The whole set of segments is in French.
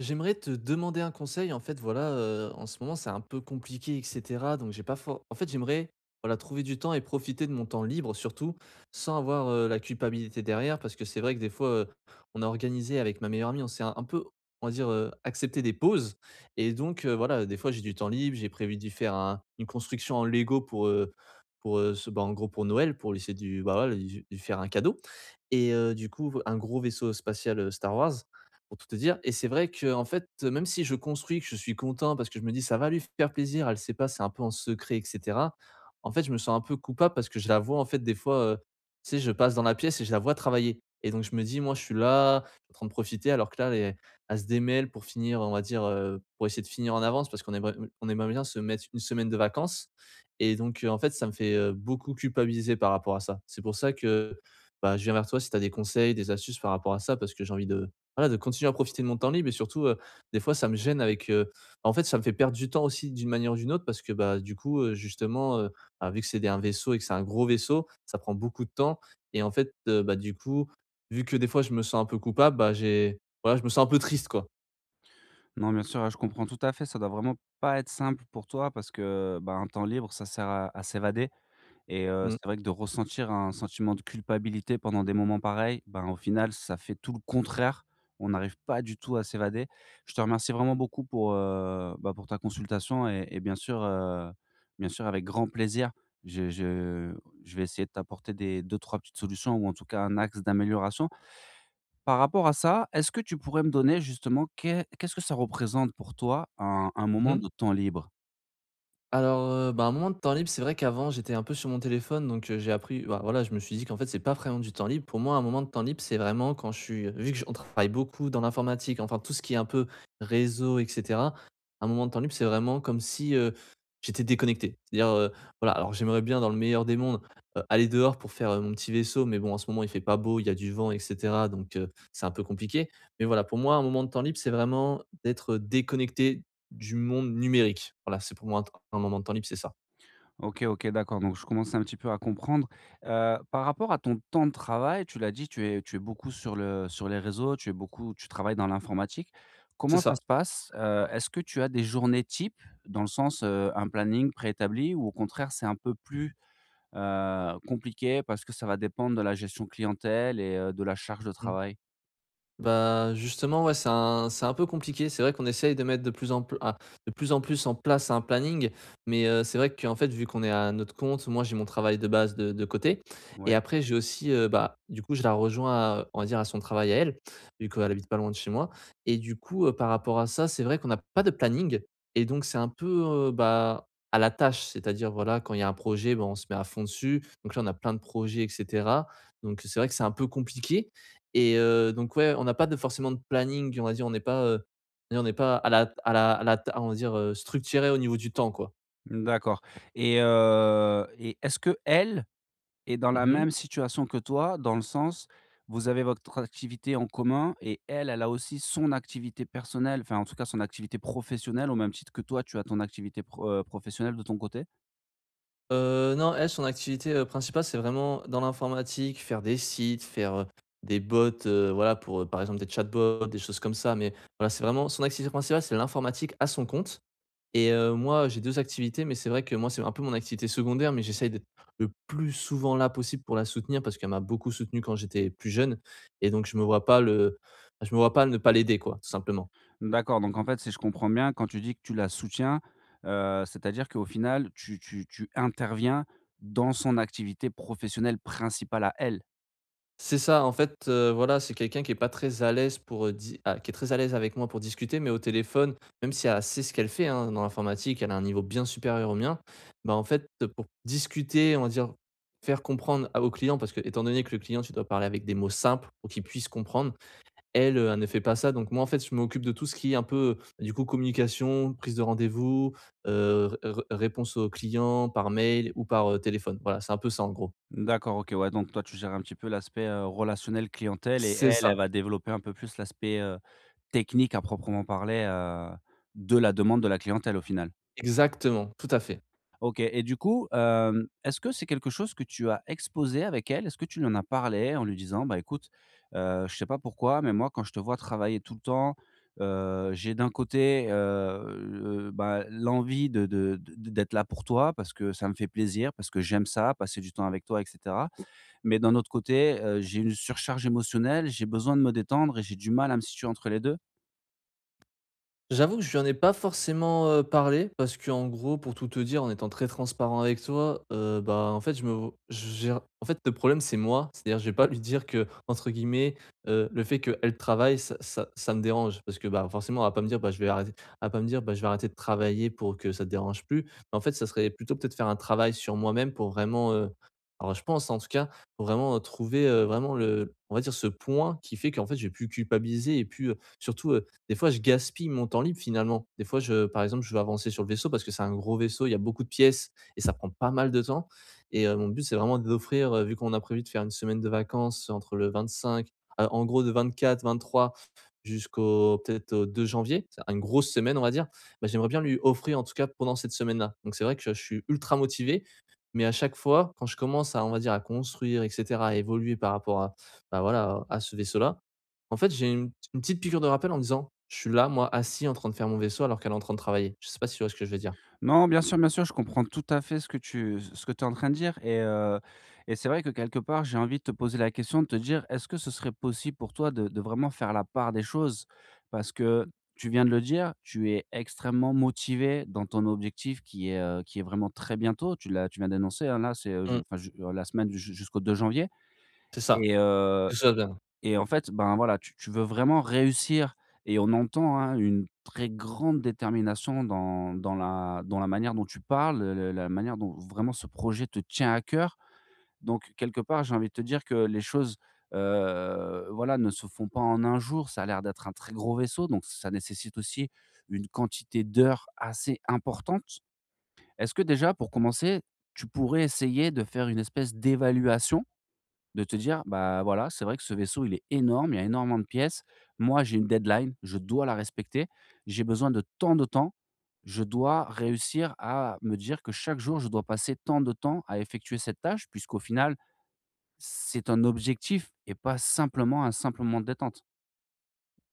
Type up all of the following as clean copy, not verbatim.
J'aimerais te demander un conseil. En fait, voilà, en ce moment, c'est un peu compliqué et cetera, donc j'ai pas for en fait, j'aimerais, voilà, trouver du temps et profiter de mon temps libre surtout, sans avoir, la culpabilité derrière. Parce que c'est vrai que des fois, on a organisé avec ma meilleure amie, on s'est un peu, on va dire, accepté des pauses et donc voilà, des fois, j'ai du temps libre. J'ai prévu d'y faire un une construction en Lego pour, en gros, pour Noël, pour lui, voilà, lui faire un cadeau et du coup, un gros vaisseau spatial, Star Wars pour tout te dire. Et c'est vrai que en fait, même si je construis, que je suis content parce que je me dis: «Ça va lui faire plaisir, elle sait pas, c'est un peu en secret et cetera». En fait, je me sens un peu coupable parce que je la vois, en fait, des fois, tu sais, je passe dans la pièce et je la vois travailler et donc je me dis: «Moi, je suis là, je suis en train de profiter» alors que là, elle se démêle pour finir, on va dire, pour essayer de finir en avance parce qu'on aimerait bien se mettre une semaine de vacances et donc en fait, ça me fait, beaucoup culpabiliser par rapport à ça. C'est pour ça que, bah, je viens vers toi si tu as des conseils, des astuces par rapport à ça parce que j'ai envie de voilà, de continuer à profiter de mon temps libre et surtout, des fois ça me gêne avec, en fait, ça me fait perdre du temps aussi d'une manière ou d'une autre parce que, bah, du coup, justement, bah, vu que c'est des un vaisseau et que c'est un gros vaisseau, ça prend beaucoup de temps et en fait, bah, du coup, vu que des fois je me sens un peu coupable, bah, j'ai voilà, je me sens un peu triste, quoi. Non, bien sûr, ouais, je comprends tout à fait. Ça doit vraiment pas être simple pour toi parce que, bah, un temps libre, ça sert à s'évader. Mmh. C'est vrai que de ressentir un sentiment de culpabilité pendant des moments pareils, ben, au final, ça fait tout le contraire. On n'arrive pas du tout à s'évader. Je te remercie vraiment beaucoup pour, bah, pour ta consultation et bien sûr, bien sûr, avec grand plaisir. Je, je, je vais essayer de t'apporter des deux, trois petites solutions ou en tout cas un axe d'amélioration. Par rapport à ça, est-ce que tu pourrais me donner justement qu'est-ce que ça représente pour toi un moment Mmh. de temps libre? Alors, bah, un moment de temps libre, c'est vrai qu'avant j'étais un peu sur mon téléphone donc j'ai appris bah, voilà, je me suis dit qu'en fait c'est pas vraiment du temps libre. Pour moi, un moment de temps libre, c'est vraiment quand je suis vu que j on travaille beaucoup dans l'informatique, enfin tout ce qui est un peu réseau et cetera, un moment de temps libre, c'est vraiment comme si, j'étais déconnecté. C'est-à-dire, voilà, alors j'aimerais bien dans le meilleur des mondes, aller dehors pour faire, mon petit vaisseau mais bon en ce moment il fait pas beau, il y a du vent et cetera donc c'est un peu compliqué. Mais voilà, pour moi un moment de temps libre, c'est vraiment d'être déconnecté du monde numérique. Voilà, c'est pour moi un moment de temps libre, c'est ça. OK, OK, d'accord, donc je commence un petit peu à comprendre. Par rapport à ton temps de travail, tu l'as dit, tu es beaucoup sur le sur les réseaux, tu es beaucoup tu travailles dans l'informatique. C'est Comment ça ça. se passe? Est-ce que tu as des journées types, dans le sens, un planning préétabli ou au contraire c'est un peu plus, compliqué parce que ça va dépendre de la gestion clientèle et de la charge de Mmh. travail? Bah, justement, ouais, c'est un peu compliqué. C'est vrai qu'on essaye de mettre de plus en plus en place un planning, mais c'est vrai qu'en fait, vu qu'on est à notre compte, moi, j'ai mon travail de base de côté et Ouais. après j'ai aussi, bah, du coup, je la rejoins à on va dire à son travail à elle, vu qu'elle habite pas loin de chez moi et du coup, par rapport à ça, c'est vrai qu'on n'a pas de planning et donc c'est un peu, bah, à la tâche. C'est-à-dire, voilà, quand il y a un projet, bah, on se met à fond dessus. Donc là, on a plein de projets et cetera. Donc c'est vrai que c'est un peu compliqué et donc ouais, on n'a pas de forcément de planning, on va dire, on n'est pas à la à la à la ta on va dire, structuré au niveau du temps, quoi. D'accord et est-ce que elle est dans la Mmh mh. même situation que toi? Dans le sens, vous avez votre activité en commun et elle, elle a aussi son activité personnelle, enfin, en tout cas, son activité professionnelle au même titre que toi, tu as ton activité professionnelle de ton côté? Non, elle, son activité, principale, c'est vraiment dans l'informatique, faire des sites, faire, des bots, voilà, pour, par exemple, des chatbots, des choses comme ça, mais voilà, c'est vraiment son activité principale, c'est l'informatique à son compte. Et moi, j'ai 2 activités, mais c'est vrai que moi, c'est un peu mon activité secondaire, mais j'essaye d'être le plus souvent là possible pour la soutenir parce qu'elle m'a beaucoup soutenu quand j'étais plus jeune et donc je me vois pas ne pas l'aider quoi, tout simplement. D'accord, donc en fait, si je comprends bien, quand tu dis que tu la soutiens, c'est-à-dire qu'au final, tu interviens dans son activité professionnelle principale à elle? C'est ça, en fait, voilà, c'est quelqu'un qui est pas très à l'aise pour, qui est très à l'aise avec moi pour discuter, mais au téléphone, même si elle sait ce qu'elle fait, hein, dans l'informatique, elle a un niveau bien supérieur au mien. Bah, en fait, pour discuter, on va dire, faire comprendre à au client parce que étant donné que le client, tu dois parler avec des mots simples pour qu'il puisse comprendre, elle, elle ne fait pas ça, donc moi, en fait, je m'occupe de tout ce qui est un peu, du coup, communication, prise de rendez-vous, r r réponse aux clients par mail ou par, téléphone. Voilà, c'est un peu ça, en gros. D'accord, OK, ouais, donc toi, tu gères un petit peu l'aspect, relationnel clientèle et C'est elle, elle ça, va développer un peu plus l'aspect, technique à proprement parler, de la demande de la clientèle, au final. exactement, tout à fait. OK et du coup, est-ce que c'est quelque chose que tu as exposé avec elle? Est-ce que tu lui en as parlé en lui disant: «Bah, écoute, je sais pas pourquoi, mais moi, quand je te vois travailler tout le temps, j'ai d'un côté, bah, l'envie de d'être là pour toi parce que ça me fait plaisir, parce que j'aime ça, passer du temps avec toi etc. Mais d'un autre côté, j'ai une surcharge émotionnelle, j'ai besoin de me détendre et j'ai du mal à me situer entre les 2. J'avoue que je lui en ai pas forcément, parlé parce que en gros, pour tout te dire, en étant très transparent avec toi, bah, en fait, je me j'ai en fait, le problème, c'est moi. C'est-à-dire, je vais pas lui dire que entre guillemets, le fait qu'elle travaille, ça me dérange parce que, bah, forcément, elle va pas me dire: «Bah, je vais arrêter», elle va pas me dire: «Bah, je vais arrêter de travailler pour que ça te dérange plus». Mais en fait, ça serait plutôt peut-être faire un travail sur moi-même pour vraiment, alors je pense, en tout cas, pour vraiment, trouver, vraiment le on va dire ce point qui fait qu'en fait, je vais plus culpabiliser et puis, surtout, des fois, je gaspille mon temps libre finalement. Des fois, je par exemple, je vais avancer sur le vaisseau parce que c'est un gros vaisseau, il y a beaucoup de pièces et ça prend pas mal de temps et mon but, c'est vraiment d'offrir, vu qu'on a prévu de faire une semaine de vacances entre le 25 en gros de 24-23 jusqu'au peut-être au 2 janvier, c'est une grosse semaine, on va dire. Bah, j'aimerais bien lui offrir en tout cas pendant cette semaine-là. Donc c'est vrai que je suis ultra motivé, mais à chaque fois quand je commence à, on va dire, à construire et cetera, à évoluer par rapport à, bah, voilà, à ce vaisseau-là, en fait, j'ai une petite piqûre de rappel en me disant: «Je suis là, moi, assis en train de faire mon vaisseau alors qu'elle est en train de travailler». Je sais pas si tu vois ce que je veux dire? Non, bien sûr, je comprends tout à fait ce que tu es en train de dire et c'est vrai que quelque part, j'ai envie de te poser la question, de te dire: «Est-ce que ce serait possible pour toi de vraiment faire la part des choses?» parce que tu viens de le dire, tu es extrêmement motivé dans ton objectif qui est vraiment très bientôt. Tu viens d'annoncer, hein, là, c'est, je Mmh, enfin, je la semaine ju jusqu'au 2 janvier c'est ça. et heu Quelque chose. Et en fait, ben, voilà, tu veux vraiment réussir et on entend, hein, une très grande détermination dans la manière dont tu parles, le la manière dont vraiment ce projet te tient à cœur. Donc quelque part, j'ai envie de te dire que les choses, voilà, ne se font pas en un jour. Ça a l'air d'être un très gros vaisseau, donc ça nécessite aussi une quantité d'heures assez importante. Est-ce que déjà, pour commencer, tu pourrais essayer de faire une espèce d'évaluation de te dire: «Bah, voilà, c'est vrai que ce vaisseau, il est énorme, il y a énormément de pièces. Moi, j'ai une deadline, je dois la respecter. J'ai besoin de tant de temps. Je dois réussir à me dire que chaque jour, je dois passer tant de temps à effectuer cette tâche», puisqu'au final, c'est un objectif et pas simplement un simple moment de détente.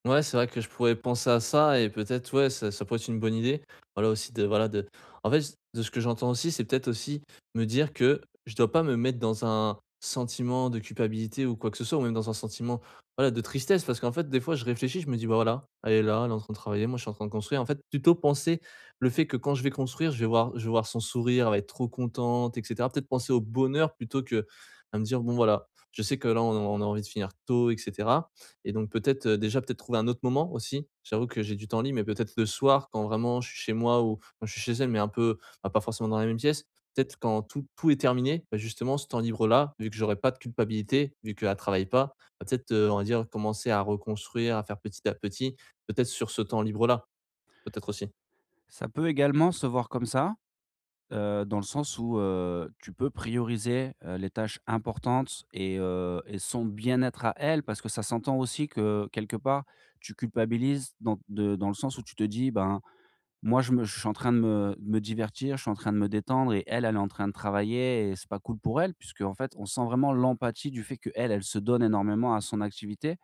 Ouais, c'est vrai que je pourrais penser à ça et peut-être, ouais, ça pourrait être une bonne idée. Voilà aussi de, en fait, de ce que j'entends aussi, c'est peut-être aussi me dire que je dois pas me mettre dans un sentiment de culpabilité ou quoi que ce soit, ou même dans un sentiment, voilà, de tristesse, parce qu'en fait, des fois, je réfléchis, je me dis, bah voilà, elle est là, elle est en train de travailler, moi, je suis en train de construire. En fait, plutôt penser le fait que quand je vais construire, je vais voir son sourire, elle va être trop contente, etc. Peut-être penser au bonheur plutôt que à me dire, bon, voilà, je sais que là, on a envie de finir tôt, etc. Et donc peut-être, déjà peut-être trouver un autre moment aussi. J'avoue que j'ai du temps libre, mais peut-être le soir quand vraiment je suis chez moi ou quand je suis chez elle, mais un peu, bah, pas forcément dans la même pièce. Peut-être quand tout est terminé, bah, justement ce temps libre là, vu que j'aurai pas de culpabilité, vu qu'elle travaille pas, bah, peut-être, on va dire commencer à reconstruire, à faire petit à petit, peut-être sur ce temps libre là, peut-être aussi? Ça peut également se voir comme ça. Dans le sens où, tu peux prioriser, les tâches importantes et son bien-être à elle, parce que ça s'entend aussi que, quelque part, tu culpabilises dans le sens où tu te dis: «Ben, moi, je suis en train de me divertir, je suis en train de me détendre et elle, elle est en train de travailler et c'est pas cool pour elle», puisque en fait, on sent vraiment l'empathie du fait que elle se donne énormément à son activité.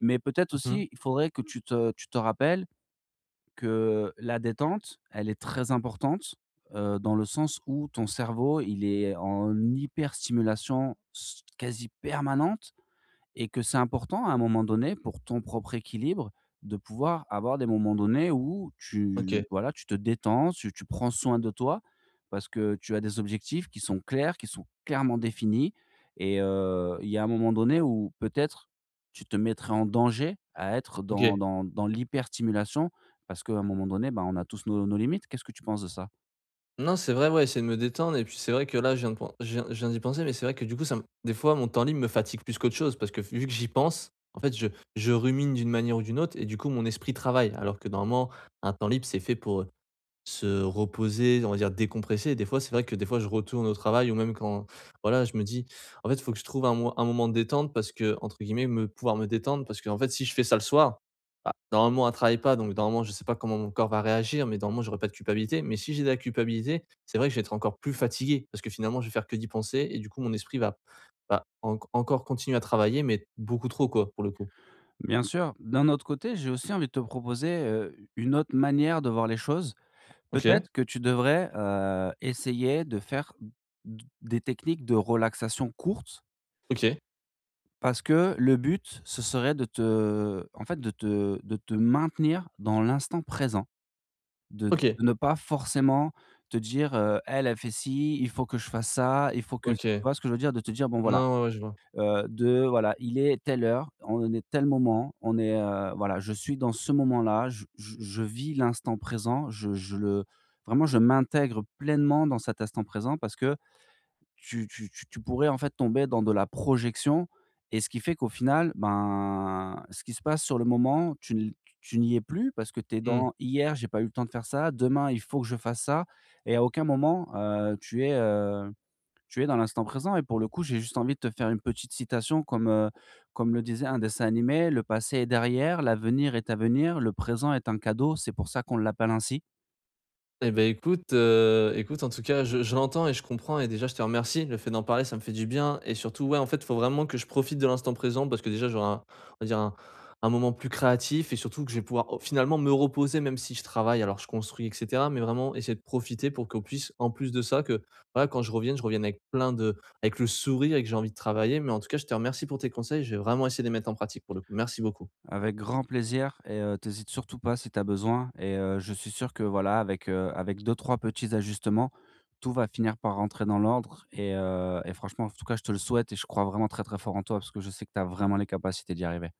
Mais peut-être Mmh. aussi, il faudrait que tu te rappelles que la détente, elle est très importante, dans le sens où ton cerveau, il est en hyperstimulation s quasi permanente et que c'est important à un moment donné pour ton propre équilibre de pouvoir avoir des moments donnés où OK, tu voilà, tu te détends, tu prends soin de toi parce que tu as des objectifs qui sont clairs, qui sont clairement définis et il y a un moment donné où peut-être tu te mettrais en danger à être dans OK. L'hyperstimulation parce qu'à un moment donné, ben, on a tous nos limites. Qu'est-ce que tu penses de ça? Non, c'est vrai, ouais, essayer de me détendre et puis c'est vrai que là, je viens d'y penser, mais c'est vrai que du coup, ça me des fois, mon temps libre me fatigue plus qu'autre chose parce que vu que j'y pense, en fait, je rumine d'une manière ou d'une autre et du coup, mon esprit travaille alors que normalement, un temps libre, c'est fait pour, se reposer, on va dire décompresser et des fois, c'est vrai que des fois je retourne au travail ou même quand voilà, je me dis: «En fait, il faut que je trouve un moment de détente parce que» entre guillemets, me détendre parce que en fait, si je fais ça le soir, bah, normalement, elle travaille pas, donc normalement, je ne sais pas comment mon corps va réagir, mais normalement, j'aurai pas de culpabilité. Mais si j'ai de la culpabilité, c'est vrai que je vais être encore plus fatigué parce que finalement, je vais faire que d'y penser et du coup, mon esprit va va en encore continuer à travailler, mais beaucoup trop, quoi, pour le coup. Bien sûr, d'un autre côté, j'ai aussi envie de te proposer, une autre manière de voir les choses. OK, Peut-être que tu devrais, essayer de faire d des techniques de relaxation courtes OK, parce que le but, ce serait de te en fait, de te maintenir dans l'instant présent, de OK, ne pas forcément te dire, «Elle, elle fait ci, il faut que je fasse ça, il faut que» tu OK. vois ce que je veux dire? De te dire: «Bon voilà», Non, ouais, ouais, je vois. De voilà, il est telle heure, on est tel moment, on est, voilà, je suis dans ce moment-là, je vis l'instant présent, je le vraiment je m'intègre pleinement dans cet instant présent parce que tu pourrais en fait tomber dans de la projection et ce qui fait qu'au final, ben, ce qui se passe sur le moment, tu ne tu n'y es plus parce que tu es Mmh. dans: «Hier, j'ai pas eu le temps de faire ça, demain, il faut que je fasse ça» et à aucun moment, tu es dans l'instant présent et pour le coup, j'ai juste envie de te faire une petite citation comme, comme le disait un dessin animé: «Le passé est derrière, l'avenir est à venir, le présent est un cadeau, c'est pour ça qu'on l'appelle ainsi». Eh ben écoute, en tout cas, je l'entends et je comprends et déjà, je te remercie. Le fait d'en parler, ça me fait du bien et surtout, ouais, en fait, il faut vraiment que je profite de l'instant présent parce que déjà, j'aurai un on va dire un moment plus créatif et surtout que je vais pouvoir, oh, finalement me reposer même si je travaille. Alors je construis et cetera, mais vraiment essayer de profiter pour qu'on puisse, en plus de ça, que, voilà, quand je revienne avec plein de avec le sourire et que j'ai envie de travailler. Mais en tout cas, je te remercie pour tes conseils. Je vais vraiment essayer de les mettre en pratique pour le coup. Merci beaucoup. Avec grand plaisir et tu surtout pas si tu as besoin et je suis sûr que voilà, avec, avec deux trois petits ajustements, tout va finir par rentrer dans l'ordre et franchement, en tout cas, je te le souhaite et je crois vraiment très, très fort en toi parce que je sais que tu as vraiment les capacités d'y arriver.